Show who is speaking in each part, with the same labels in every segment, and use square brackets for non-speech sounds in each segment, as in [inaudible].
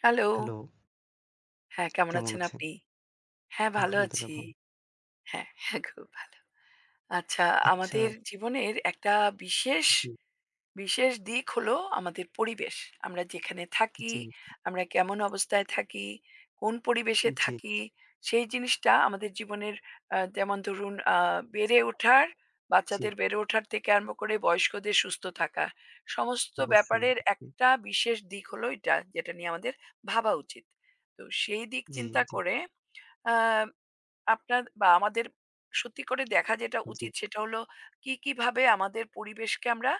Speaker 1: Hello.
Speaker 2: Hello,
Speaker 1: হ্যাঁ, কেমন
Speaker 2: কেমন
Speaker 1: আছেন
Speaker 2: আছেন?
Speaker 1: আপনি? হ্যাঁ, ভালো
Speaker 2: আলহামদুলিল্লাহ
Speaker 1: আছি।
Speaker 2: ভালো।
Speaker 1: হ্যাঁ, [laughs] হ্যাঁ, খুব ভালো। আচ্ছা,
Speaker 2: আচ্ছা,
Speaker 1: আমাদের জীবনের একটা বিশেষ
Speaker 2: জি,
Speaker 1: বিশেষ দিক হলো আমাদের পরিবেশ। আমরা যেখানে থাকি,
Speaker 2: জি,
Speaker 1: আমরা কেমন অবস্থায় থাকি, কোন পরিবেশে
Speaker 2: জি,
Speaker 1: থাকি, সেই জিনিসটা আমাদের জীবনের যেমন ধরুন বেড়ে ওঠার,
Speaker 2: জি,
Speaker 1: বাচ্চাদের বেড়ে ওঠার থেকে আরম্ভ করে বয়স্কদের সুস্থ থাকা। সমস্ত
Speaker 2: অবশ্যই।
Speaker 1: ব্যাপারের একটা বিশেষ দিক হলো এটা, যেটা নিয়ে আমাদের ভাবা উচিত। তো সেই দিক
Speaker 2: জি,
Speaker 1: চিন্তা
Speaker 2: জি,
Speaker 1: করে আ আপনার বা আমাদের সত্যি করে দেখা যেটা
Speaker 2: জি,
Speaker 1: উচিত সেটা হলো কিভাবে আমাদের পরিবেশকে আমরা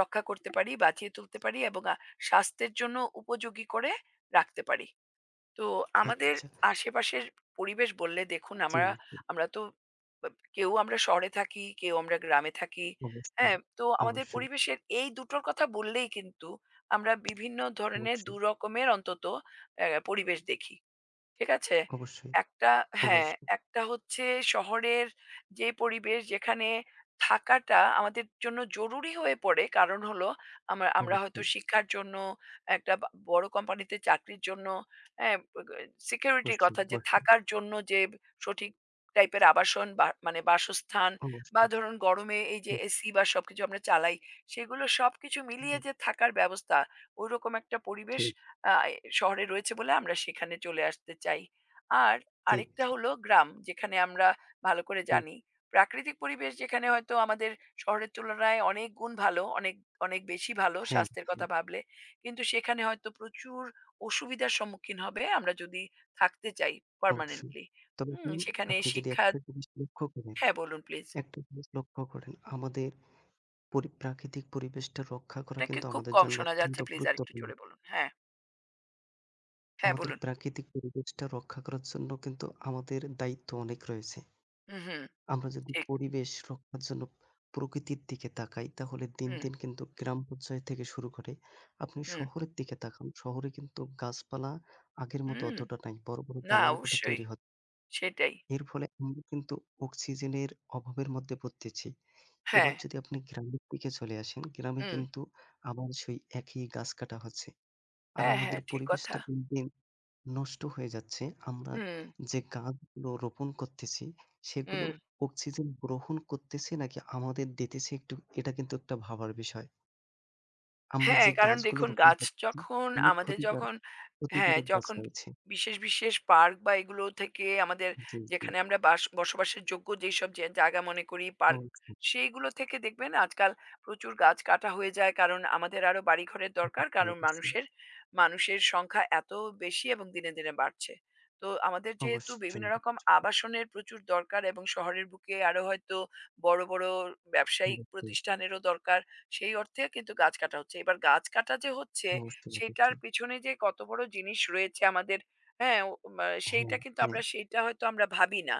Speaker 1: রক্ষা করতে পারি বাঁচিয়ে তুলতে পারি এবং স্বাস্থ্যের জন্য উপযোগী করে রাখতে পারি। তো আমাদের
Speaker 2: আচ্ছা,
Speaker 1: আশেপাশের পরিবেশ বললে দেখুন
Speaker 2: জি,
Speaker 1: আমরা
Speaker 2: জি,
Speaker 1: আমরা তো বা কেউ আমরা শহরে থাকি কেউ আমরা গ্রামে থাকি।
Speaker 2: অবশ্যই,
Speaker 1: হ্যাঁ, তো আমাদের
Speaker 2: অবশ্যই,
Speaker 1: পরিবেশের এই দুটোর কথা বললেই কিন্তু আমরা বিভিন্ন ধরনের দু
Speaker 2: অবশ্যই,
Speaker 1: রকমের অন্তত পরিবেশ দেখি, ঠিক আছে?
Speaker 2: অবশ্যই,
Speaker 1: একটা, হ্যাঁ,
Speaker 2: অবশ্যই,
Speaker 1: একটা হচ্ছে শহরের যে পরিবেশ যেখানে থাকাটা আমাদের জন্য জরুরি হয়ে পড়ে। কারণ হলো আমরা আমরা হয়তো
Speaker 2: অবশ্যই,
Speaker 1: শিক্ষার জন্য একটা বা বড় কোম্পানিতে চাকরির জন্য, হ্যাঁ, গ সিকিউরিটির
Speaker 2: অবশ্যই,
Speaker 1: কথা, যে
Speaker 2: অবশ্যই,
Speaker 1: থাকার জন্য যে সঠিক টাইপের আবাসন বা মানে বাসস্থান বা
Speaker 2: অবশ্যই।
Speaker 1: ধরুন গরমে এই যে এসি বা সবকিছু আমরা চালাই, সেগুলো সবকিছু
Speaker 2: ঠিক,
Speaker 1: মিলিয়ে যে থাকার ব্যবস্থা, ওইরকম একটা পরিবেশ
Speaker 2: ঠিক,
Speaker 1: আ শহরে রয়েছে বলে আমরা সেখানে চলে আসতে চাই। আর
Speaker 2: ঠিক,
Speaker 1: আরেকটা
Speaker 2: ঠিক,
Speaker 1: হলো গ্রাম, যেখানে আমরা ভালো করে
Speaker 2: ঠিক।
Speaker 1: জানি। প্রাকৃতিক পরিবেশ যেখানে হয়তো আমাদের শহরের তুলনায় অনেক গুণ ভালো, অনেক, অনেক বেশি ভালো
Speaker 2: হ্যাঁ,
Speaker 1: স্বাস্থ্যের
Speaker 2: হ্যাঁ,
Speaker 1: কথা ভাবলে। কিন্তু সেখানে হয়তো প্রচুর অসুবিধার সম্মুখীন হবে আমরা যদি থাকতে চাই
Speaker 2: অবশ্যই।
Speaker 1: পার্মানেন্টলি।
Speaker 2: তবে
Speaker 1: হুম,
Speaker 2: হুম,
Speaker 1: সেখানে
Speaker 2: আপনি যদি
Speaker 1: শিক্ষা।
Speaker 2: একটা জিনিস লক্ষ্য করেন,
Speaker 1: হ্যাঁ, বলুন প্লিজ।
Speaker 2: আমাদের প্রাকৃতিক পরিবেশটা রক্ষা করা
Speaker 1: আপনাকে
Speaker 2: কিন্তু
Speaker 1: খুব
Speaker 2: আমাদের
Speaker 1: কম
Speaker 2: জন্য
Speaker 1: শোনা
Speaker 2: অত্যন্ত
Speaker 1: যাচ্ছে। প্লিজ আরেকটু
Speaker 2: গুরুত্বপূর্ণ।
Speaker 1: জোরে বলুন। হ্যাঁ, হ্যাঁ
Speaker 2: আমাদের
Speaker 1: বলুন।
Speaker 2: প্রাকৃতিক পরিবেশটা রক্ষা করার জন্য কিন্তু আমাদের দায়িত্ব অনেক রয়েছে।
Speaker 1: হুম, হুম,
Speaker 2: আমরা যদি
Speaker 1: ঠিক।
Speaker 2: পরিবেশ রক্ষার জন্য প্রকৃতির দিকে তাকাই তাহলে দিন,
Speaker 1: হুম,
Speaker 2: দিন কিন্তু গ্রাম পর্যায় থেকে শুরু করে আপনি
Speaker 1: হুম,
Speaker 2: শহরের দিকে তাকান। শহরে কিন্তু গাছপালা আগের মতো
Speaker 1: হুম।
Speaker 2: অতটা নাই। বড়, বড়
Speaker 1: না,
Speaker 2: দালানকোঠা
Speaker 1: অবশ্যই।
Speaker 2: তৈরি হয়।
Speaker 1: সেটাই।
Speaker 2: এর ফলে আমরা কিন্তু অক্সিজেনের অভাবের মধ্যে পড়তেছি। এবার
Speaker 1: হ্যাঁ।
Speaker 2: যদি আপনি গ্রামের দিকে চলে আসেন, গ্রামে
Speaker 1: হুম।
Speaker 2: কিন্তু আবার সেই একই গাছ কাটা হচ্ছে। আর
Speaker 1: হ্যাঁ,
Speaker 2: আমাদের
Speaker 1: হ্যাঁ, ঠিক কথা।
Speaker 2: পরিবেশটা দিন, দিন নষ্ট হয়ে যাচ্ছে। আমরা
Speaker 1: হুম,
Speaker 2: যে গাছগুলো রোপণ করতেছি, সেগুলো
Speaker 1: হুম।
Speaker 2: অক্সিজেন গ্রহণ করতেছে নাকি আমাদের দিতেছে একটু এটা কিন্তু একটা ভাবার বিষয়। আমরা
Speaker 1: হ্যাঁ,
Speaker 2: যে
Speaker 1: কারণ
Speaker 2: গাছগুলো
Speaker 1: দেখুন
Speaker 2: রোপণ
Speaker 1: গাছ
Speaker 2: করতেছি
Speaker 1: যখন
Speaker 2: অনেক
Speaker 1: আমাদের
Speaker 2: ক্ষতিকার
Speaker 1: যখন হ্যাঁ,
Speaker 2: ক্ষতিকারক গাছ
Speaker 1: যখন
Speaker 2: রয়েছে।
Speaker 1: বিশেষ, বিশেষ পার্ক বা এগুলো থেকে আমাদের,
Speaker 2: জি, জি।
Speaker 1: যেখানে আমরা বসবাসের যোগ্য যেসব জায়গা মনে করি পার্ক,
Speaker 2: অবশ্যই,
Speaker 1: সেইগুলো থেকে দেখবেন আজকাল প্রচুর গাছ কাটা হয়ে যায়। কারণ আমাদের আরো বাড়িঘরের দরকার।
Speaker 2: অবশ্যই,
Speaker 1: কারণ
Speaker 2: অবশ্যই,
Speaker 1: মানুষের মানুষের সংখ্যা এত বেশি এবং দিনে, দিনে বাড়ছে। তো আমাদের যেহেতু
Speaker 2: অবশ্যই,
Speaker 1: বিভিন্ন রকম আবাসনের প্রচুর দরকার এবং শহরের বুকে আরো হয়তো বড়, বড় ব্যবসায়িক
Speaker 2: অবশ্যই,
Speaker 1: প্রতিষ্ঠানেরও দরকার। সেই অর্থে কিন্তু গাছ কাটা হচ্ছে। এবার গাছ কাটা যে হচ্ছে,
Speaker 2: অবশ্যই,
Speaker 1: সেইটার
Speaker 2: অবশ্যই।
Speaker 1: পিছনে যে কত বড় জিনিস রয়েছে আমাদের, হ্যাঁ? ও মা,
Speaker 2: হ্যাঁ,
Speaker 1: সেইটা কিন্তু
Speaker 2: হ্যাঁ।
Speaker 1: আমরা, সেইটা হয়তো আমরা ভাবি না।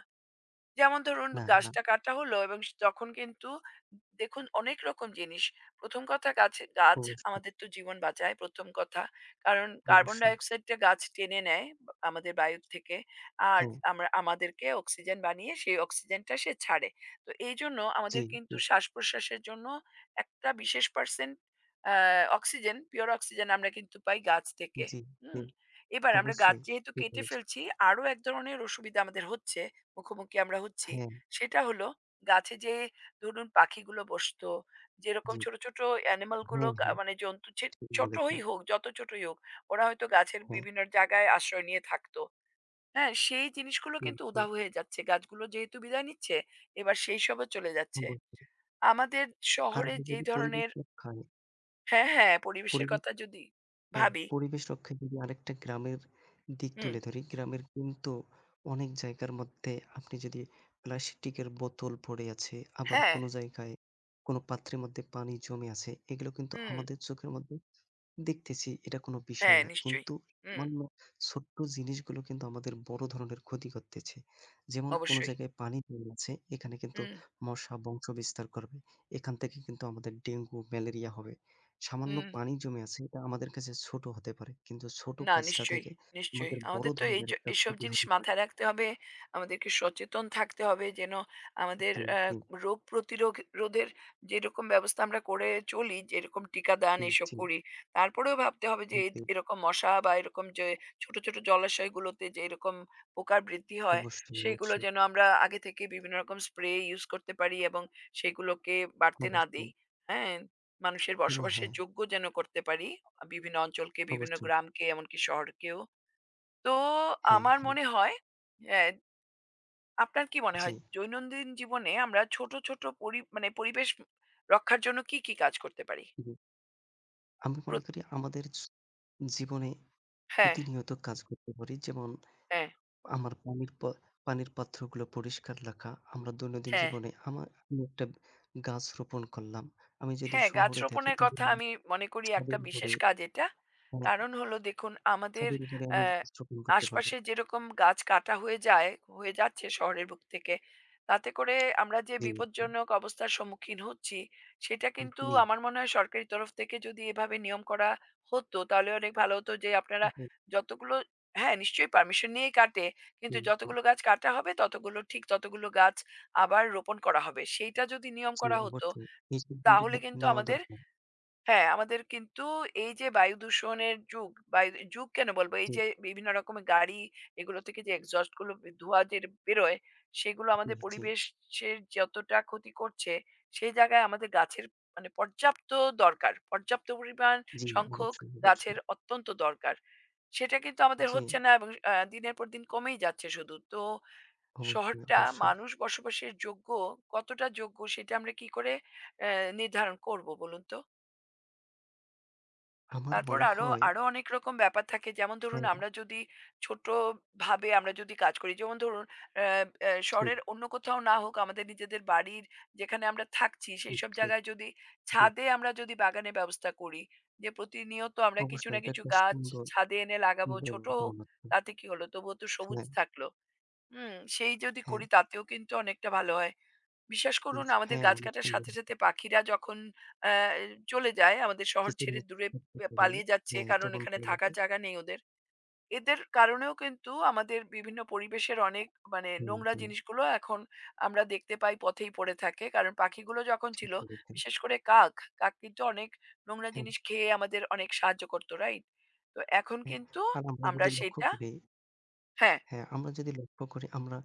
Speaker 1: যেমন ধরুন
Speaker 2: না, না।
Speaker 1: গাছটা কাটা হলো এবং তখন কিন্তু দেখুন অনেক রকম জিনিস। প্রথম কথা, গাছ গাছ
Speaker 2: অবশ্যই,
Speaker 1: আমাদের তো জীবন বাঁচায়। প্রথম কথা, কারণ কার্বন ডাই
Speaker 2: অবশ্যই।
Speaker 1: অক্সাইডটা গাছ টেনে নেয় আমাদের বায়ুর থেকে, আর
Speaker 2: হ্যাঁ,
Speaker 1: আমরা আমাদেরকে অক্সিজেন বানিয়ে সেই অক্সিজেনটা সে ছাড়ে। তো এই জন্য
Speaker 2: জি,
Speaker 1: আমাদের
Speaker 2: জি,
Speaker 1: কিন্তু শ্বাস প্রশ্বাসের জন্য একটা বিশেষ পার্সেন্ট অক্সিজেন, পিওর অক্সিজেন আমরা কিন্তু পাই গাছ থেকে।
Speaker 2: জি, জি।
Speaker 1: হুম। এবার আমরা গাছ
Speaker 2: অবশ্যই
Speaker 1: যেহেতু
Speaker 2: ঠিক
Speaker 1: কেটে
Speaker 2: বলেছেন।
Speaker 1: ফেলছি, আরো এক ধরনের অসুবিধা আমাদের হচ্ছে, মুখোমুখি আমরা হচ্ছি,
Speaker 2: হ্যাঁ,
Speaker 1: সেটা হলো গাছে যে ধরুন পাখিগুলো বসতো, যেরকম
Speaker 2: জি।
Speaker 1: ছোট, ছোট অ্যানিমাল গুলো
Speaker 2: হ্যাঁ, হ্যাঁ।
Speaker 1: মানে জন্তু
Speaker 2: ঠিক
Speaker 1: ছোটই
Speaker 2: বলেছেন।
Speaker 1: হোক, যত ছোটই হোক, ওরা হয়তো গাছের
Speaker 2: হ্যাঁ।
Speaker 1: বিভিন্ন জায়গায় আশ্রয় নিয়ে থাকতো। হ্যাঁ? সেই জিনিসগুলো
Speaker 2: হুম,
Speaker 1: কিন্তু
Speaker 2: হুম,
Speaker 1: উধাও হয়ে যাচ্ছে। গাছগুলো যেহেতু বিদায় নিচ্ছে, এবার সেইসবও চলে যাচ্ছে।
Speaker 2: অবশ্যই।
Speaker 1: আমাদের
Speaker 2: আর
Speaker 1: শহরে
Speaker 2: আমরা
Speaker 1: যে
Speaker 2: যদি পরিবেশ
Speaker 1: ধরনের,
Speaker 2: রক্ষায়
Speaker 1: হ্যাঁ, হ্যাঁ, পরিবেশের
Speaker 2: পরিবেশ
Speaker 1: কথা যদি
Speaker 2: হ্যাঁ,
Speaker 1: ভাবি।
Speaker 2: পরিবেশ রক্ষায় যদি আরেকটা গ্রামের দিক
Speaker 1: হুম,
Speaker 2: তুলে ধরি, গ্রামের কিন্তু অনেক জায়গার মধ্যে আপনি যদি প্লাস্টিকের বোতল পড়ে আছে, আবার
Speaker 1: হ্যাঁ,
Speaker 2: কোনো জায়গায় কোনো পাত্রের মধ্যে পানি জমে আছে, এগুলো কিন্তু
Speaker 1: হুম,
Speaker 2: আমাদের চোখের মধ্যে দেখতেছি এটা কোনো বিষয়
Speaker 1: হ্যাঁ,
Speaker 2: না।
Speaker 1: নিশ্চয়ই।
Speaker 2: কিন্তু
Speaker 1: হুম,
Speaker 2: সামান্য ছোট্ট জিনিসগুলো কিন্তু আমাদের বড় ধরনের ক্ষতি করতেছে। যেমন কোনো
Speaker 1: অবশ্যই।
Speaker 2: জায়গায় পানি জমে আছে, এখানে কিন্তু
Speaker 1: হুম,
Speaker 2: মশা বংশ বিস্তার করবে। এখান থেকে কিন্তু আমাদের ডেঙ্গু, ম্যালেরিয়া হবে। সামান্য
Speaker 1: হুম।
Speaker 2: পানি জমে আছে এটা আমাদের কাছে ছোট হতে পারে। কিন্তু ছোট
Speaker 1: না,
Speaker 2: কাজটা
Speaker 1: নিশ্চয়ই,
Speaker 2: থেকে
Speaker 1: নিশ্চয়ই।
Speaker 2: আমাদের বড়
Speaker 1: আমাদের তো এই
Speaker 2: ধরনের একটা
Speaker 1: এইসব
Speaker 2: ক্ষতি
Speaker 1: জিনিস
Speaker 2: হতে পারে।
Speaker 1: মাথায় রাখতে হবে। আমাদেরকে সচেতন থাকতে হবে যেন আমাদের
Speaker 2: জি, জি,
Speaker 1: রোগ রোধের যেরকম ব্যবস্থা আমরা করে চলি, যেরকম টিকাদান
Speaker 2: জি,
Speaker 1: এইসব
Speaker 2: জি,
Speaker 1: করি। তারপরেও ভাবতে হবে যে
Speaker 2: হুম, জি।
Speaker 1: এরকম মশা বা এরকম যে ছোট, ছোট জলাশয়গুলোতে যে এরকম পোকার বৃদ্ধি হয়,
Speaker 2: অবশ্যই,
Speaker 1: সেইগুলো
Speaker 2: অবশ্যই,
Speaker 1: যেন আমরা আগে থেকে বিভিন্ন রকম স্প্রে ইউজ করতে পারি এবং সেগুলোকে বাড়তে না
Speaker 2: অবশ্যই।
Speaker 1: দেই। হ্যাঁ? মানুষের
Speaker 2: হ্যাঁ,
Speaker 1: বসবাসের
Speaker 2: হ্যাঁ,
Speaker 1: যোগ্য যেন করতে পারি বিভিন্ন অঞ্চলকে, বিভিন্ন
Speaker 2: অবশ্যই।
Speaker 1: গ্রামকে, এমনকি শহরকেও। তো
Speaker 2: হ্যাঁ,
Speaker 1: আমার
Speaker 2: হ্যাঁ।
Speaker 1: মনে হয়, হ্যাঁ, আপনার কি মনে
Speaker 2: জি,
Speaker 1: হয় দৈনন্দিন জীবনে আমরা ছোট, ছোট মানে পরিবেশ রক্ষার জন্য কি, কি কাজ করতে পারি?
Speaker 2: জি। আমি মনে
Speaker 1: প্র
Speaker 2: করি আমাদের জীবনে
Speaker 1: হ্যাঁ,
Speaker 2: প্রতিনিয়ত কাজ করতে পারি। যেমন
Speaker 1: হ্যাঁ।
Speaker 2: আমার পানির পাত্রগুলো পরিষ্কার রাখা। আমরা দৈনন্দিন
Speaker 1: হ্যাঁ।
Speaker 2: জীবনে আমি একটা গাছ রোপণ করলাম। আমি যদি
Speaker 1: হ্যাঁ, গাছ
Speaker 2: শহরে থাকি
Speaker 1: রোপণের
Speaker 2: তাহলে
Speaker 1: কথা
Speaker 2: আমি
Speaker 1: আমি মনে করি একটা
Speaker 2: ছাদের উপরে
Speaker 1: বিশেষ কাজ এটা।
Speaker 2: হ্যাঁ,
Speaker 1: কারণ হলো দেখুন আমাদের
Speaker 2: ছাদের উপরে আমি
Speaker 1: অ্যা
Speaker 2: গাছ রোপণ করতে পারবো।
Speaker 1: আশপাশে যেরকম গাছ কাটা হয়ে যায়, হয়ে যাচ্ছে শহরের বুক থেকে, তাতে করে আমরা যে
Speaker 2: জি, জি,
Speaker 1: বিপজ্জনক অবস্থার সম্মুখীন হচ্ছি, সেটা কিন্তু
Speaker 2: জি,
Speaker 1: আমার মনে হয় সরকারি তরফ থেকে যদি এভাবে নিয়ম করা হতো, তাহলে অনেক ভালো হতো যে আপনারা যতগুলো, হ্যাঁ, নিশ্চয়ই পারমিশন নিয়েই কাটে।
Speaker 2: জি,
Speaker 1: কিন্তু
Speaker 2: জি,
Speaker 1: যতগুলো গাছ কাটা হবে, ততগুলো, ঠিক ততগুলো গাছ আবার রোপণ করা হবে। সেইটা যদি নিয়ম
Speaker 2: জি,
Speaker 1: করা হতো
Speaker 2: অবশ্যই। এই সিদ্ধান্ত
Speaker 1: তাহলে
Speaker 2: নে
Speaker 1: কিন্তু
Speaker 2: নেওয়া
Speaker 1: আমাদের,
Speaker 2: দরকার।
Speaker 1: হ্যাঁ, আমাদের কিন্তু এই যে বায়ু দূষণের যুগ, বায়ু যুগ কেন বলব? এই
Speaker 2: জি,
Speaker 1: যে বিভিন্ন রকমের গাড়ি, এগুলো থেকে যে এক্সহস্ট গুলো ধোঁয়া যে বেরোয়, সেগুলো
Speaker 2: জি,
Speaker 1: আমাদের
Speaker 2: জি,
Speaker 1: পরিবেশের যতটা ক্ষতি করছে, সেই জায়গায় আমাদের গাছের মানে পর্যাপ্ত দরকার। পর্যাপ্ত পরিমাণ
Speaker 2: জি,
Speaker 1: সংখ্যক
Speaker 2: অবশ্যই,
Speaker 1: গাছের
Speaker 2: অবশ্যই।
Speaker 1: অত্যন্ত দরকার। সেটা কিন্তু আমাদের
Speaker 2: জি,
Speaker 1: হচ্ছে না এবং দিনের পর দিন কমেই যাচ্ছে শুধু। তো
Speaker 2: অবশ্যই,
Speaker 1: শহরটা
Speaker 2: অবশ্যই।
Speaker 1: মানুষ বসবাসের যোগ্য, কতটা যোগ্য সেটা আমরা কি করে নির্ধারণ করব বলুন তো।
Speaker 2: আমার
Speaker 1: তারপর
Speaker 2: মনে
Speaker 1: আরো
Speaker 2: হয়
Speaker 1: আরো অনেক রকম ব্যাপার থাকে, যেমন ধরুন
Speaker 2: হ্যাঁ,
Speaker 1: আমরা যদি ছোট ভাবে আমরা যদি কাজ করি, যেমন ধরুন আহ, আহ,
Speaker 2: ঠিক,
Speaker 1: শহরের অন্য কোথাও না হোক আমাদের নিজেদের বাড়ির, যেখানে আমরা থাকছি সেই
Speaker 2: ঠিক,
Speaker 1: সব
Speaker 2: ঠিক,
Speaker 1: জায়গায় যদি
Speaker 2: ঠিক।
Speaker 1: ছাদে আমরা যদি বাগানের ব্যবস্থা করি, যে প্রতিনিয়ত আমরা কিছু
Speaker 2: অবশ্যই
Speaker 1: না
Speaker 2: এটা
Speaker 1: কিছু
Speaker 2: একটা
Speaker 1: গাছ
Speaker 2: সুন্দর
Speaker 1: ছাদে এনে লাগাবো,
Speaker 2: সুন্দর
Speaker 1: ছোট হোক,
Speaker 2: পরমাত্ম।
Speaker 1: তাতে কি হলো, তবুও তো সবুজ
Speaker 2: হ্যাঁ,
Speaker 1: থাকলো। হুম, সেই যদি
Speaker 2: হ্যাঁ,
Speaker 1: করি তাতেও কিন্তু অনেকটা ভালো হয়। বিশ্বাস করুন
Speaker 2: ইস
Speaker 1: আমাদের
Speaker 2: হ্যাঁ,
Speaker 1: গাছ
Speaker 2: অনেক
Speaker 1: কাটার
Speaker 2: সুন্দর।
Speaker 1: সাথে, সাথে পাখিরা যখন আ চলে যায় আমাদের শহর ছেড়ে
Speaker 2: কিচিরমিচির
Speaker 1: দূরে,
Speaker 2: শব্দ করে,
Speaker 1: পালিয়ে যাচ্ছে
Speaker 2: হ্যাঁ,
Speaker 1: কারণ
Speaker 2: তখন
Speaker 1: এখানে
Speaker 2: ভালো লাগে।
Speaker 1: থাকার জায়গা নেই ওদের। এদের কারণেও কিন্তু আমাদের বিভিন্ন পরিবেশের অনেক মানে
Speaker 2: হুম,
Speaker 1: নোংরা
Speaker 2: হুম,
Speaker 1: জিনিসগুলো এখন আমরা দেখতে পাই পথেই পড়ে থাকে। কারণ পাখিগুলো যখন
Speaker 2: ঠিক
Speaker 1: ছিল,
Speaker 2: বলেছেন।
Speaker 1: বিশেষ করে কাক, কাক কিন্তু অনেক নোংরা
Speaker 2: হ্যাঁ,
Speaker 1: জিনিস খেয়ে আমাদের অনেক সাহায্য করত, রাইট? তো এখন
Speaker 2: হ্যাঁ।
Speaker 1: কিন্তু
Speaker 2: আর আমরা
Speaker 1: আমরা
Speaker 2: যদি লক্ষ্য
Speaker 1: সেইটা,
Speaker 2: করি,
Speaker 1: হ্যাঁ,
Speaker 2: হ্যাঁ, আমরা যদি লক্ষ্য করি আমরা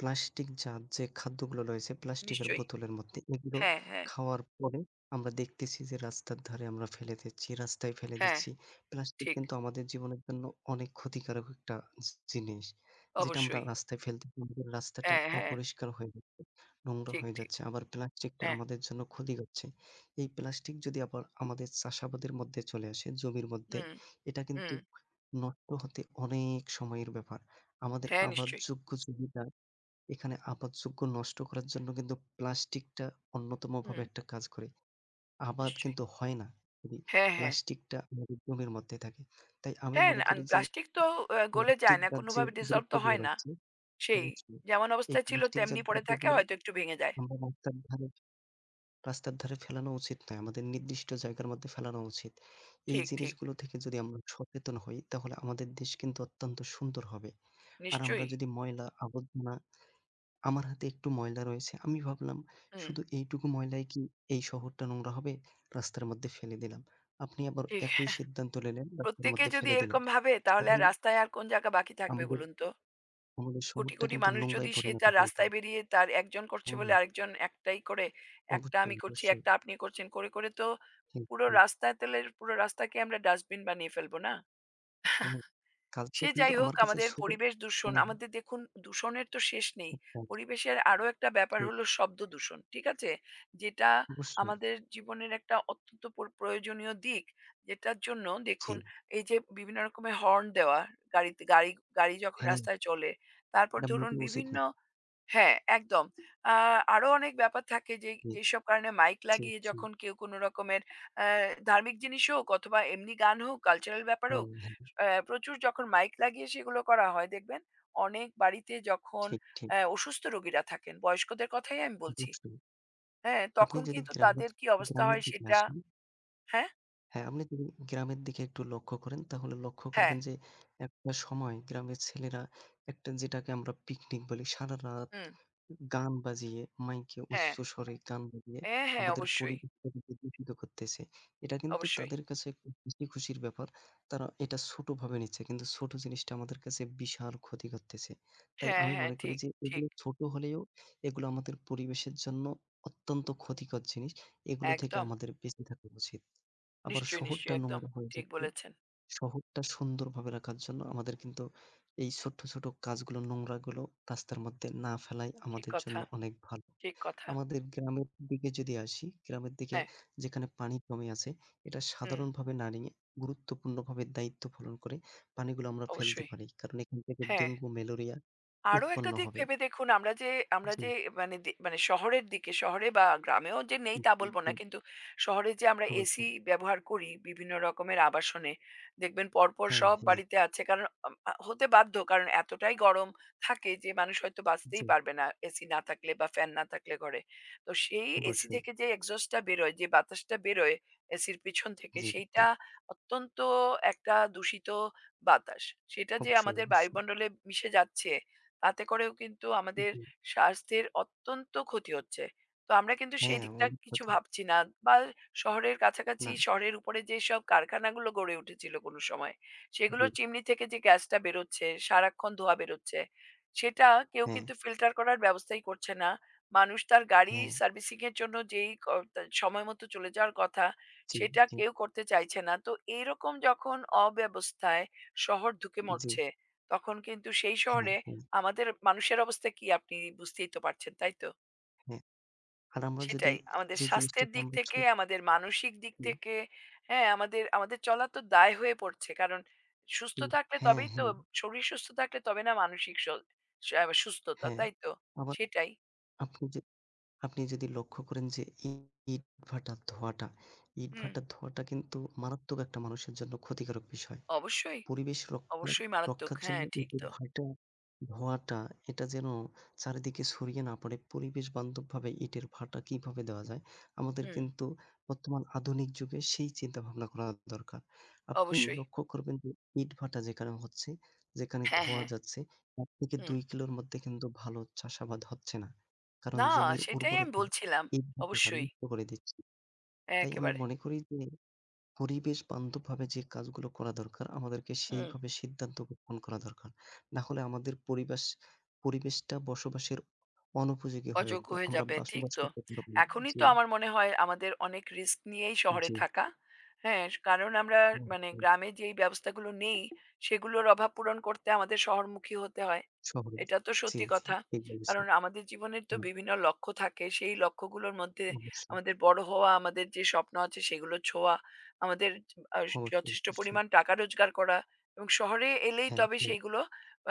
Speaker 2: প্লাস্টিক জাত যে খাদ্যগুলো রয়েছে, প্লাস্টিকের
Speaker 1: নিশ্চয়ই।
Speaker 2: বোতলের মধ্যে এগুলো
Speaker 1: হ্যাঁ, হ্যাঁ,
Speaker 2: খাওয়ার পরে আমরা দেখতেছি যে রাস্তার ধারে আমরা ফেলে দিচ্ছি, রাস্তায় ফেলে
Speaker 1: হ্যাঁ,
Speaker 2: দিচ্ছি। প্লাস্টিক
Speaker 1: ঠিক।
Speaker 2: কিন্তু আমাদের জীবনের জন্য অনেক ক্ষতিকারক একটা জিনিস। যেটা আমরা
Speaker 1: অবশ্যই।
Speaker 2: রাস্তায় ফেলতেছি আমাদের রাস্তাটা
Speaker 1: হ্যাঁ, হ্যাঁ,
Speaker 2: অপরিষ্কার হয়ে যাচ্ছে, নোংরা
Speaker 1: ঠিক,
Speaker 2: হয়ে
Speaker 1: ঠিক।
Speaker 2: যাচ্ছে। আবার প্লাস্টিকটা
Speaker 1: হ্যাঁ।
Speaker 2: আমাদের জন্য ক্ষতি করছে। এই প্লাস্টিক যদি আবার আমাদের চাষাবাদের মধ্যে চলে আসে, জমির মধ্যে,
Speaker 1: হুম,
Speaker 2: এটা কিন্তু
Speaker 1: হুম।
Speaker 2: নষ্ট হতে অনেক সময়ের ব্যাপার। আমাদের
Speaker 1: হ্যাঁ, নিশ্চয়ই।
Speaker 2: আবাদযোগ্য জমিটা এখানে আবাদযোগ্য নষ্ট করার জন্য কিন্তু প্লাস্টিকটা অন্যতমভাবে
Speaker 1: হুম,
Speaker 2: একটা কাজ করে। আবাদ
Speaker 1: নিশ্চয়ই।
Speaker 2: কিন্তু হয় না যদি
Speaker 1: হ্যাঁ, হ্যাঁ।
Speaker 2: প্লাস্টিকটা আমাদের জমির মধ্যে থাকে। তাই আমি
Speaker 1: হ্যাঁ,
Speaker 2: মনে করি যে
Speaker 1: প্লাস্টিক তো গলে
Speaker 2: প্লাস্টিক
Speaker 1: যায় না।
Speaker 2: জাত যে
Speaker 1: কোনোভাবে ডিসলভ তো
Speaker 2: দ্রব্যগুলো
Speaker 1: হয় না।
Speaker 2: রয়েছে
Speaker 1: সেই
Speaker 2: প্লাস্টিক,
Speaker 1: যেমন
Speaker 2: এই
Speaker 1: অবস্থায় ছিল
Speaker 2: প্লাস্টিক জাত
Speaker 1: তেমনি পড়ে থাকে,
Speaker 2: দ্রব্যগুলো
Speaker 1: হয়তো একটু ভেঙে যায়।
Speaker 2: আমরা রাস্তার ধারে ফেলানো উচিত নয়। আমাদের নির্দিষ্ট জায়গার মধ্যে ফেলানো উচিত। এই
Speaker 1: ঠিক, ঠিক।
Speaker 2: জিনিসগুলো থেকে যদি আমরা সচেতন হই তাহলে আমাদের দেশ কিন্তু অত্যন্ত সুন্দর হবে। আর আমরা
Speaker 1: নিশ্চয়ই।
Speaker 2: যদি ময়লা আবর্জনা আমার হাতে একটু ময়লা রয়েছে। আমি ভাবলাম
Speaker 1: হুম,
Speaker 2: শুধু এইটুকু ময়লায় কি এই শহরটা নোংরা হবে? রাস্তার মধ্যে ফেলে দিলাম। আপনি আবার
Speaker 1: ঠিক।
Speaker 2: একই সিদ্ধান্ত নিলেন, রাস্তার
Speaker 1: প্রত্যেকে
Speaker 2: মধ্যে
Speaker 1: যদি
Speaker 2: ফেলে দিলেন।
Speaker 1: এরকম ভাবে তাহলে
Speaker 2: সবাই
Speaker 1: আর রাস্তায় আর কোন জায়গা বাকি থাকবে
Speaker 2: আমাদের,
Speaker 1: বলুন তো?
Speaker 2: আমাদের
Speaker 1: কোটি,
Speaker 2: শহরটা
Speaker 1: কোটি
Speaker 2: কিন্তু
Speaker 1: মানুষ
Speaker 2: নোংরায়
Speaker 1: যদি সে
Speaker 2: পরিণত
Speaker 1: তার
Speaker 2: হয়ে গেল।
Speaker 1: রাস্তায় বেরিয়ে তার একজন করছে বলে
Speaker 2: হ্যাঁ,
Speaker 1: আরেকজন একটাই করে, একটা আমি
Speaker 2: অবশ্যই,
Speaker 1: করছি,
Speaker 2: অবশ্যই।
Speaker 1: একটা আপনি করছেন করে, করে তো
Speaker 2: ঠিক,
Speaker 1: পুরো
Speaker 2: ঠিক।
Speaker 1: রাস্তায়, তাহলে পুরো রাস্তাকে আমরা ডাস্টবিন বানিয়ে ফেলব না?
Speaker 2: হ্যাঁ, কাজটা
Speaker 1: সে
Speaker 2: কিন্তু
Speaker 1: যাই হোক,
Speaker 2: আমার কাছে
Speaker 1: আমাদের
Speaker 2: ছোট
Speaker 1: পরিবেশ দূষণ,
Speaker 2: হ্যাঁ,
Speaker 1: আমাদের দেখুন দূষণের তো শেষ নেই।
Speaker 2: খুব কাজ।
Speaker 1: পরিবেশের আরো একটা ব্যাপার
Speaker 2: ঠিক,
Speaker 1: হলো শব্দ দূষণ। ঠিক আছে? যেটা
Speaker 2: অবশ্যই।
Speaker 1: আমাদের জীবনের একটা অত্যন্ত প্রয়োজনীয় দিক। যেটার জন্য
Speaker 2: জি,
Speaker 1: দেখুন এই যে বিভিন্ন রকমের হর্ন দেওয়া, গাড়িতে গাড়ি গাড়ি যখন
Speaker 2: হ্যাঁ,
Speaker 1: রাস্তায় চলে। তারপর
Speaker 2: এটা
Speaker 1: ধরুন
Speaker 2: মোটেও উচিত
Speaker 1: বিভিন্ন,
Speaker 2: না।
Speaker 1: হ্যাঁ, একদম। আ আরো অনেক ব্যাপার থাকে যে
Speaker 2: জি,
Speaker 1: যেসব কারণে মাইক
Speaker 2: জি,
Speaker 1: লাগিয়ে
Speaker 2: জি।
Speaker 1: যখন কেউ কোনো রকমের অ্যা ধার্মিক জিনিস হোক অথবা এমনি গান হোক, কালচারাল ব্যাপার
Speaker 2: হ্যাঁ,
Speaker 1: হোক,
Speaker 2: হ্যাঁ।
Speaker 1: প্রচুর যখন মাইক লাগিয়ে সেগুলো করা হয় দেখবেন, অনেক বাড়িতে যখন
Speaker 2: ঠিক, ঠিক।
Speaker 1: অসুস্থ রোগীরা থাকেন, বয়স্কদের কথাই আমি বলছি।
Speaker 2: অবশ্যই।
Speaker 1: হ্যাঁ,
Speaker 2: আপনি
Speaker 1: তখন
Speaker 2: যদি
Speaker 1: কিন্তু তাদের কি অবস্থা
Speaker 2: গ্রামের
Speaker 1: হয়
Speaker 2: দিকে
Speaker 1: সেটা,
Speaker 2: আসেন
Speaker 1: হ্যাঁ?
Speaker 2: হ্যাঁ, আপনি যদি গ্রামের দিকে একটু লক্ষ্য করেন তাহলে লক্ষ্য
Speaker 1: হ্যাঁ,
Speaker 2: করবেন যে একটা সময় গ্রামের ছেলেরা একটা যেটাকে আমরা পিকনিক বলি সারারাত
Speaker 1: হুম,
Speaker 2: গান বাজিয়ে মাইকে উচ্চ
Speaker 1: হ্যাঁ।
Speaker 2: স্বরে গান বাজিয়ে
Speaker 1: হ্যাঁ, হ্যাঁ,
Speaker 2: আমাদের
Speaker 1: অবশ্যই,
Speaker 2: পরিবেশটাকে দূষিত করতেছে। এটা কিন্তু
Speaker 1: অবশ্যই।
Speaker 2: তাদের কাছে খুব হাসি খুশির ব্যাপার। তারা এটা ছোট ভাবে নিচ্ছে। কিন্তু ছোট জিনিসটা আমাদের কাছে বিশাল ক্ষতি করতেছে। তাই
Speaker 1: হ্যাঁ,
Speaker 2: আমি
Speaker 1: হ্যাঁ,
Speaker 2: মনে করি
Speaker 1: ঠিক,
Speaker 2: যে এগুলো
Speaker 1: ঠিক।
Speaker 2: ছোট হলেও এগুলো আমাদের পরিবেশের জন্য অত্যন্ত ক্ষতিকর জিনিস। এগুলো থেকে
Speaker 1: একদম।
Speaker 2: আমাদের বেঁচে থাকা উচিত। আবার
Speaker 1: নিশ্চয়ই,
Speaker 2: শহরটা
Speaker 1: নিশ্চয়ই একদম।
Speaker 2: নোংরা হয়ে
Speaker 1: ঠিক
Speaker 2: যাচ্ছে।
Speaker 1: বলেছেন।
Speaker 2: শহরটা সুন্দরভাবে রাখার জন্য আমাদের কিন্তু এই ছোট্ট, ছোট কাজগুলো নোংরাগুলো রাস্তার মধ্যে না ফেলাই
Speaker 1: ঠিক
Speaker 2: আমাদের জন্য
Speaker 1: কথা।
Speaker 2: অনেক ভালো।
Speaker 1: ঠিক কথা।
Speaker 2: আমাদের গ্রামের দিকে যদি আসি, গ্রামের দিকে
Speaker 1: হ্যাঁ,
Speaker 2: যেখানে পানি জমে আছে, এটা
Speaker 1: হুম,
Speaker 2: সাধারণভাবে না নিয়ে গুরুত্বপূর্ণভাবে দায়িত্ব পালন করে পানিগুলো আমরা ফেলতে
Speaker 1: অবশ্যই।
Speaker 2: পারি। কারণ এখান থেকে
Speaker 1: হ্যাঁ,
Speaker 2: ডেঙ্গু, ম্যালেরিয়া
Speaker 1: আরো
Speaker 2: উৎপন্ন
Speaker 1: একটা দিক
Speaker 2: হবে।
Speaker 1: ভেবে দেখুন আমরা যে, আমরা
Speaker 2: জি,
Speaker 1: যে মানে মানে শহরের দিকে, শহরে বা গ্রামেও যে নেই
Speaker 2: জি,
Speaker 1: তা
Speaker 2: জি,
Speaker 1: বলবো
Speaker 2: জি,
Speaker 1: না কিন্তু শহরে যে আমরা এসি
Speaker 2: অবশ্যই।
Speaker 1: ব্যবহার করি বিভিন্ন রকমের আবাসনে, দেখবেন পরপর
Speaker 2: হ্যাঁ,
Speaker 1: সব
Speaker 2: হ্যাঁ,
Speaker 1: বাড়িতে আছে, কারণ হতে বাধ্য কারণ এতটাই গরম থাকে যে মানুষ হয়তো বাঁচতেই
Speaker 2: জি,
Speaker 1: পারবে না এসি না থাকলে বা ফ্যান না থাকলে ঘরে। তো সেই এসি
Speaker 2: অবশ্যই।
Speaker 1: থেকে যে এক্সস্টটা বেরোয়, যে বাতাসটা বেরোয় এসির পিছন থেকে,
Speaker 2: জি, জি,
Speaker 1: সেইটা অত্যন্ত একটা দূষিত বাতাস, সেটা যে
Speaker 2: অবশ্যই,
Speaker 1: আমাদের
Speaker 2: অবশ্যই।
Speaker 1: বায়ুমণ্ডলে মিশে যাচ্ছে, তাতে করেও কিন্তু আমাদের
Speaker 2: জি,
Speaker 1: স্বাস্থ্যের অত্যন্ত ক্ষতি হচ্ছে। তো আমরা কিন্তু সেই
Speaker 2: হ্যাঁ,
Speaker 1: দিকটা
Speaker 2: অনেক
Speaker 1: কিছু
Speaker 2: কথা
Speaker 1: ভাবছি না। বা শহরের কাছাকাছি,
Speaker 2: না,
Speaker 1: শহরের উপরে যেসব কারখানাগুলো গড়ে উঠেছিল কোনো সময়,
Speaker 2: জি,
Speaker 1: সেগুলোর চিমনি থেকে যে গ্যাসটা বেরোচ্ছে, সারাক্ষণ ধোঁয়া বেরোচ্ছে, সেটা কেউ
Speaker 2: হ্যাঁ,
Speaker 1: কিন্তু ফিল্টার করার ব্যবস্থাই করছে না। মানুষ তার গাড়ি
Speaker 2: হ্যাঁ,
Speaker 1: সার্ভিসিং এর জন্য যেই তা সময় মতো চলে যাওয়ার কথা,
Speaker 2: জি,
Speaker 1: সেটা
Speaker 2: জি,
Speaker 1: কেউ করতে চাইছে না। তো এইরকম যখন অব্যবস্থায় শহর ধুঁকে
Speaker 2: জি,
Speaker 1: মরছে, তখন কিন্তু সেই
Speaker 2: হ্যাঁ,
Speaker 1: শহরে
Speaker 2: হ্যাঁ,
Speaker 1: আমাদের মানুষের অবস্থা কি আপনি বুঝতেই তো পারছেন, তাই তো?
Speaker 2: হ্যাঁ। আর আমরা যদি
Speaker 1: সেটাই। আমাদের
Speaker 2: যে
Speaker 1: স্বাস্থ্যের
Speaker 2: জিনিসটাকে
Speaker 1: দিক
Speaker 2: আমরা
Speaker 1: থেকে,
Speaker 2: সত্যি
Speaker 1: আমাদের মানসিক দিক থেকে, হ্যাঁ, আমাদের আমাদের চলা তো দায় হয়ে পড়ছে। কারণ সুস্থ
Speaker 2: জি,
Speaker 1: থাকলে
Speaker 2: হ্যাঁ,
Speaker 1: তবেই তো,
Speaker 2: হ্যাঁ,
Speaker 1: শরীর সুস্থ থাকলে তবে না মানসিক স সা সুস্থতা,
Speaker 2: হ্যাঁ।
Speaker 1: তাই তো?
Speaker 2: আবার
Speaker 1: সেটাই।
Speaker 2: আপনি যে আপনি যদি লক্ষ্য করেন যে ইটভাটার ধোঁয়াটা,
Speaker 1: হুম,
Speaker 2: কিন্তু মারাত্মক একটা মানুষের জন্য ক্ষতিকারক বিষয়।
Speaker 1: অবশ্যই,
Speaker 2: পরিবেশ রক্ষা
Speaker 1: অবশ্যই মারাত্মক।
Speaker 2: রক্ষার জন্য
Speaker 1: হ্যাঁ,
Speaker 2: এই
Speaker 1: ঠিক
Speaker 2: যে
Speaker 1: তো।
Speaker 2: ভাটা, ধোঁয়াটা এটা যেন চারিদিকে ছড়িয়ে না পড়ে, পরিবেশ বান্ধবভাবে ইটের ভাটা কিভাবে দেওয়া যায়? আমাদের
Speaker 1: হুম,
Speaker 2: কিন্তু বর্তমান আধুনিক যুগে সেই চিন্তাভাবনা করা দরকার। আপনি
Speaker 1: অবশ্যই।
Speaker 2: লক্ষ্য করবেন যে ইট ভাটা যেখানে হচ্ছে, যেখানে
Speaker 1: হ্যাঁ,
Speaker 2: ধোঁয়া
Speaker 1: হ্যাঁ।
Speaker 2: যাচ্ছে, ১ থেকে
Speaker 1: হুম।
Speaker 2: ২ কিলোর মধ্যে কিন্তু ভালো চাষাবাদ হচ্ছে না। কারণ
Speaker 1: না,
Speaker 2: জমির
Speaker 1: সেটাই আমি
Speaker 2: উর্বরতা
Speaker 1: বলছিলাম।
Speaker 2: ইট ভাটাটা
Speaker 1: অবশ্যই,
Speaker 2: নষ্ট করে দিচ্ছে। তাই আমি
Speaker 1: একেবারে।
Speaker 2: মনে করি যে পরিবেশ বান্ধবভাবে যে কাজগুলো করা দরকার, আমাদেরকে
Speaker 1: হুম।
Speaker 2: সেইভাবে সিদ্ধান্ত গ্রহণ করা দরকার। না হলে আমাদের পরিবেশটা বসবাসের অনুপযোগী হয়ে
Speaker 1: অযোগ্য
Speaker 2: উঠবে।
Speaker 1: হয়ে
Speaker 2: আমরা
Speaker 1: যাবে। ঠিক
Speaker 2: বসবাস
Speaker 1: তো।
Speaker 2: করতে পারব না।
Speaker 1: এখনই
Speaker 2: জি,
Speaker 1: তো আমার মনে হয় আমাদের অনেক রিস্ক নিয়েই শহরে
Speaker 2: জি,
Speaker 1: থাকা। হ্যাঁ? কারণ আমরা মানে
Speaker 2: অবশ্যই।
Speaker 1: গ্রামে যেই ব্যবস্থাগুলো নেই, সেগুলোর অভাব পূরণ করতে আমাদের শহরমুখী হতে হয়।
Speaker 2: শহরে
Speaker 1: এটা তো
Speaker 2: জি,
Speaker 1: সত্যি
Speaker 2: জি,
Speaker 1: কথা।
Speaker 2: ঠিক
Speaker 1: কারণ
Speaker 2: বলেছেন।
Speaker 1: আমাদের জীবনের তো
Speaker 2: হুম,
Speaker 1: বিভিন্ন লক্ষ্য থাকে। সেই লক্ষ্যগুলোর মধ্যে
Speaker 2: অবশ্যই,
Speaker 1: আমাদের বড় হওয়া, আমাদের যে স্বপ্ন আছে সেগুলো ছোঁয়া, আমাদের আ
Speaker 2: অবশ্যই,
Speaker 1: যথেষ্ট
Speaker 2: অবশ্যই।
Speaker 1: পরিমাণ টাকা রোজগার করা, এবং শহরে এলেই
Speaker 2: হ্যাঁ,
Speaker 1: তবে
Speaker 2: হ্যাঁ,
Speaker 1: সেইগুলো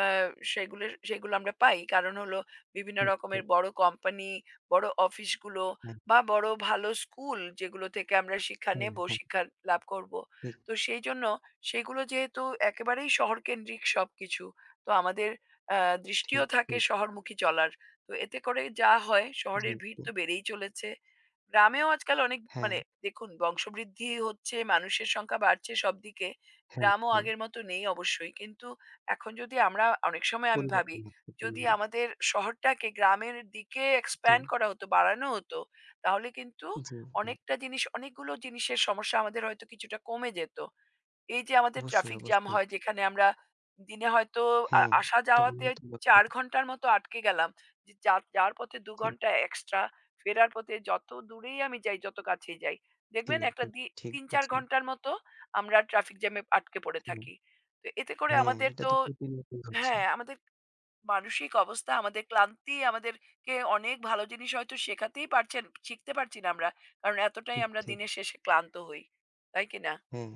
Speaker 1: আ সেগুলো আমরা পাই। কারণ হলো বিভিন্ন
Speaker 2: ঠিক,
Speaker 1: রকমের
Speaker 2: ঠিক।
Speaker 1: বড় কোম্পানি, বড় অফিসগুলো
Speaker 2: হ্যাঁ,
Speaker 1: বা বড় ভালো স্কুল যেগুলো থেকে আমরা শিক্ষা
Speaker 2: হ্যাঁ,
Speaker 1: নেব,
Speaker 2: হ্যাঁ,
Speaker 1: শিক্ষা লাভ করব।
Speaker 2: ঠিক,
Speaker 1: তো সেইজন্য সেগুলো যেহেতু একেবারেই শহরকেন্দ্রিক সবকিছু, তো আমাদের আ দৃষ্টিও
Speaker 2: ঠিক,
Speaker 1: থাকে
Speaker 2: ঠিক।
Speaker 1: শহরমুখী চলার। তো এতে করে যা হয়,
Speaker 2: জি,
Speaker 1: শহরের ভিড়
Speaker 2: জি।
Speaker 1: তো বেড়েই চলেছে। গ্রামেও আজকাল অনেক
Speaker 2: হ্যাঁ,
Speaker 1: মানে দেখুন বংশবৃদ্ধি হচ্ছে, মানুষের সংখ্যা বাড়ছে সবদিকে।
Speaker 2: হ্যাঁ,
Speaker 1: গ্রামও
Speaker 2: হ্যাঁ।
Speaker 1: আগের মতো নেই অবশ্যই। কিন্তু এখন যদি আমরা, অনেক সময় আমি ভাবি,
Speaker 2: পরিবর্তন আসতে পারে।
Speaker 1: যদি আমাদের শহরটাকে গ্রামের দিকে
Speaker 2: জি,
Speaker 1: expand করা হতো, বাড়ানো হতো, তাহলে কিন্তু
Speaker 2: জি, জি।
Speaker 1: অনেকটা জিনিস, অনেকগুলো জিনিসের সমস্যা আমাদের হয়তো কিছুটা কমে যেত। এই যে আমাদের
Speaker 2: অবশ্যই,
Speaker 1: ট্রাফিক জ্যাম
Speaker 2: অবশ্যই।
Speaker 1: হয় যেখানে আমরা দিনে হয়তো
Speaker 2: হ্যাঁ,
Speaker 1: আসা
Speaker 2: এটা
Speaker 1: যাওয়াতে
Speaker 2: উন্নত দরকার।
Speaker 1: ৪ ঘন্টার মতো আটকে গেলাম। যে যা যাওয়ার পথে ২
Speaker 2: জি।
Speaker 1: ঘন্টা এক্সট্রা, ফেরার পথে যত দূরেই আমি যাই, যত কাছেই যাই,
Speaker 2: জি,
Speaker 1: দেখবেন একটা
Speaker 2: জি, ঠিক
Speaker 1: ৩-৪
Speaker 2: বলেছেন।
Speaker 1: ঘন্টার মতো আমরা ট্রাফিক জ্যামে আটকে পড়ে
Speaker 2: হ্যাঁ,
Speaker 1: থাকি। তো এতে করে
Speaker 2: হ্যাঁ,
Speaker 1: আমাদের
Speaker 2: এটা
Speaker 1: তো,
Speaker 2: তো প্রতিনিয়তই হচ্ছে।
Speaker 1: হ্যাঁ, আমাদের মানসিক অবস্থা, আমাদের ক্লান্তি, আমাদেরকে অনেক ভালো জিনিস হয়তো শেখাতেই পারছেন শিখতে পারছি না আমরা। কারণ এতটাই
Speaker 2: ঠিক,
Speaker 1: আমরা
Speaker 2: ঠিক।
Speaker 1: দিনের শেষে ক্লান্ত হই। তাই কিনা?
Speaker 2: হ্যাঁ,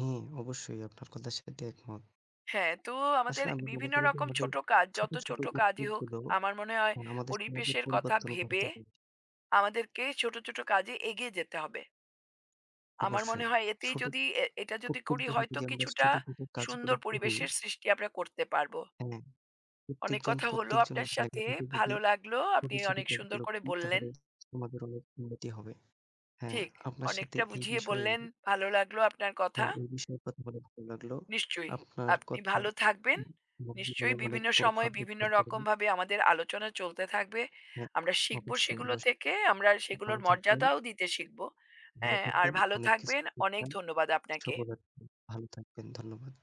Speaker 2: হ্যাঁ, অবশ্যই আপনার কথার সাথে একমত।
Speaker 1: হ্যাঁ, তো আমাদের
Speaker 2: আসলে আমি মনে
Speaker 1: বিভিন্ন
Speaker 2: করি যে
Speaker 1: রকম
Speaker 2: আমাদের
Speaker 1: ছোট কাজ,
Speaker 2: ছোট,
Speaker 1: যত
Speaker 2: ছোট
Speaker 1: ছোট কাজই হোক,
Speaker 2: উদ্যোগগুলো
Speaker 1: আমার মনে হয়
Speaker 2: আমাদের সমাজের
Speaker 1: পরিবেশের কথা
Speaker 2: পরিবর্তন
Speaker 1: ভেবে
Speaker 2: ঘটাতে পারে।
Speaker 1: আমাদেরকে ছোট, ছোট কাজে এগিয়ে যেতে হবে। আমার মনে
Speaker 2: অবশ্যই।
Speaker 1: হয় এতেই
Speaker 2: ছোট
Speaker 1: যদি, এটা যদি করি
Speaker 2: প্রত্যেকদিন
Speaker 1: হয়তো
Speaker 2: যদি আমরা
Speaker 1: কিছুটা
Speaker 2: ছোট, ছোট কাজগুলো
Speaker 1: সুন্দর
Speaker 2: করি,
Speaker 1: পরিবেশের সৃষ্টি আমরা করতে পারবো।
Speaker 2: হ্যাঁ,
Speaker 1: অনেক
Speaker 2: প্রত্যেকজন
Speaker 1: কথা হলো
Speaker 2: প্রত্যেকজনের
Speaker 1: আপনার
Speaker 2: জায়গা
Speaker 1: সাথে,
Speaker 2: থেকে যদি
Speaker 1: ভালো লাগলো।
Speaker 2: ছোট,
Speaker 1: আপনি
Speaker 2: ছোট
Speaker 1: অনেক সুন্দর
Speaker 2: কাজগুলো
Speaker 1: করে
Speaker 2: করি
Speaker 1: বললেন।
Speaker 2: তাহলে আমাদের অনেক উন্নতি হবে। হ্যাঁ,
Speaker 1: ঠিক,
Speaker 2: আপনার সাথে
Speaker 1: অনেকটা
Speaker 2: এই
Speaker 1: বুঝিয়ে
Speaker 2: বিষয়ে
Speaker 1: বললেন, ভালো লাগলো আপনার কথা।
Speaker 2: হ্যাঁ, এই বিষয়ে কথা বলে ভালো লাগলো।
Speaker 1: নিশ্চয়ই।
Speaker 2: আপনার
Speaker 1: আপনি
Speaker 2: কথা
Speaker 1: ভালো থাকবেন।
Speaker 2: আমার জীবনে
Speaker 1: নিশ্চয়ই
Speaker 2: অনেক
Speaker 1: বিভিন্ন
Speaker 2: প্রভাব
Speaker 1: সময়ে বিভিন্ন
Speaker 2: বিস্তার করবে।
Speaker 1: রকমভাবে আমাদের আলোচনা চলতে থাকবে।
Speaker 2: হ্যাঁ,
Speaker 1: আমরা শিখব
Speaker 2: অবশ্যই,
Speaker 1: সেগুলো থেকে,
Speaker 2: অবশ্যই।
Speaker 1: আমরা সেগুলোর
Speaker 2: ভালো থাকবেন,
Speaker 1: মর্যাদাও দিতে শিখব।
Speaker 2: ভালো
Speaker 1: হ্যাঁ? আর
Speaker 2: থাকবেন।
Speaker 1: ভালো
Speaker 2: অনেক কিছু
Speaker 1: থাকবেন। অনেক
Speaker 2: শিখলাম।
Speaker 1: ধন্যবাদ আপনাকে।
Speaker 2: শুভরাত্রি। ভালো থাকবেন। ধন্যবাদ।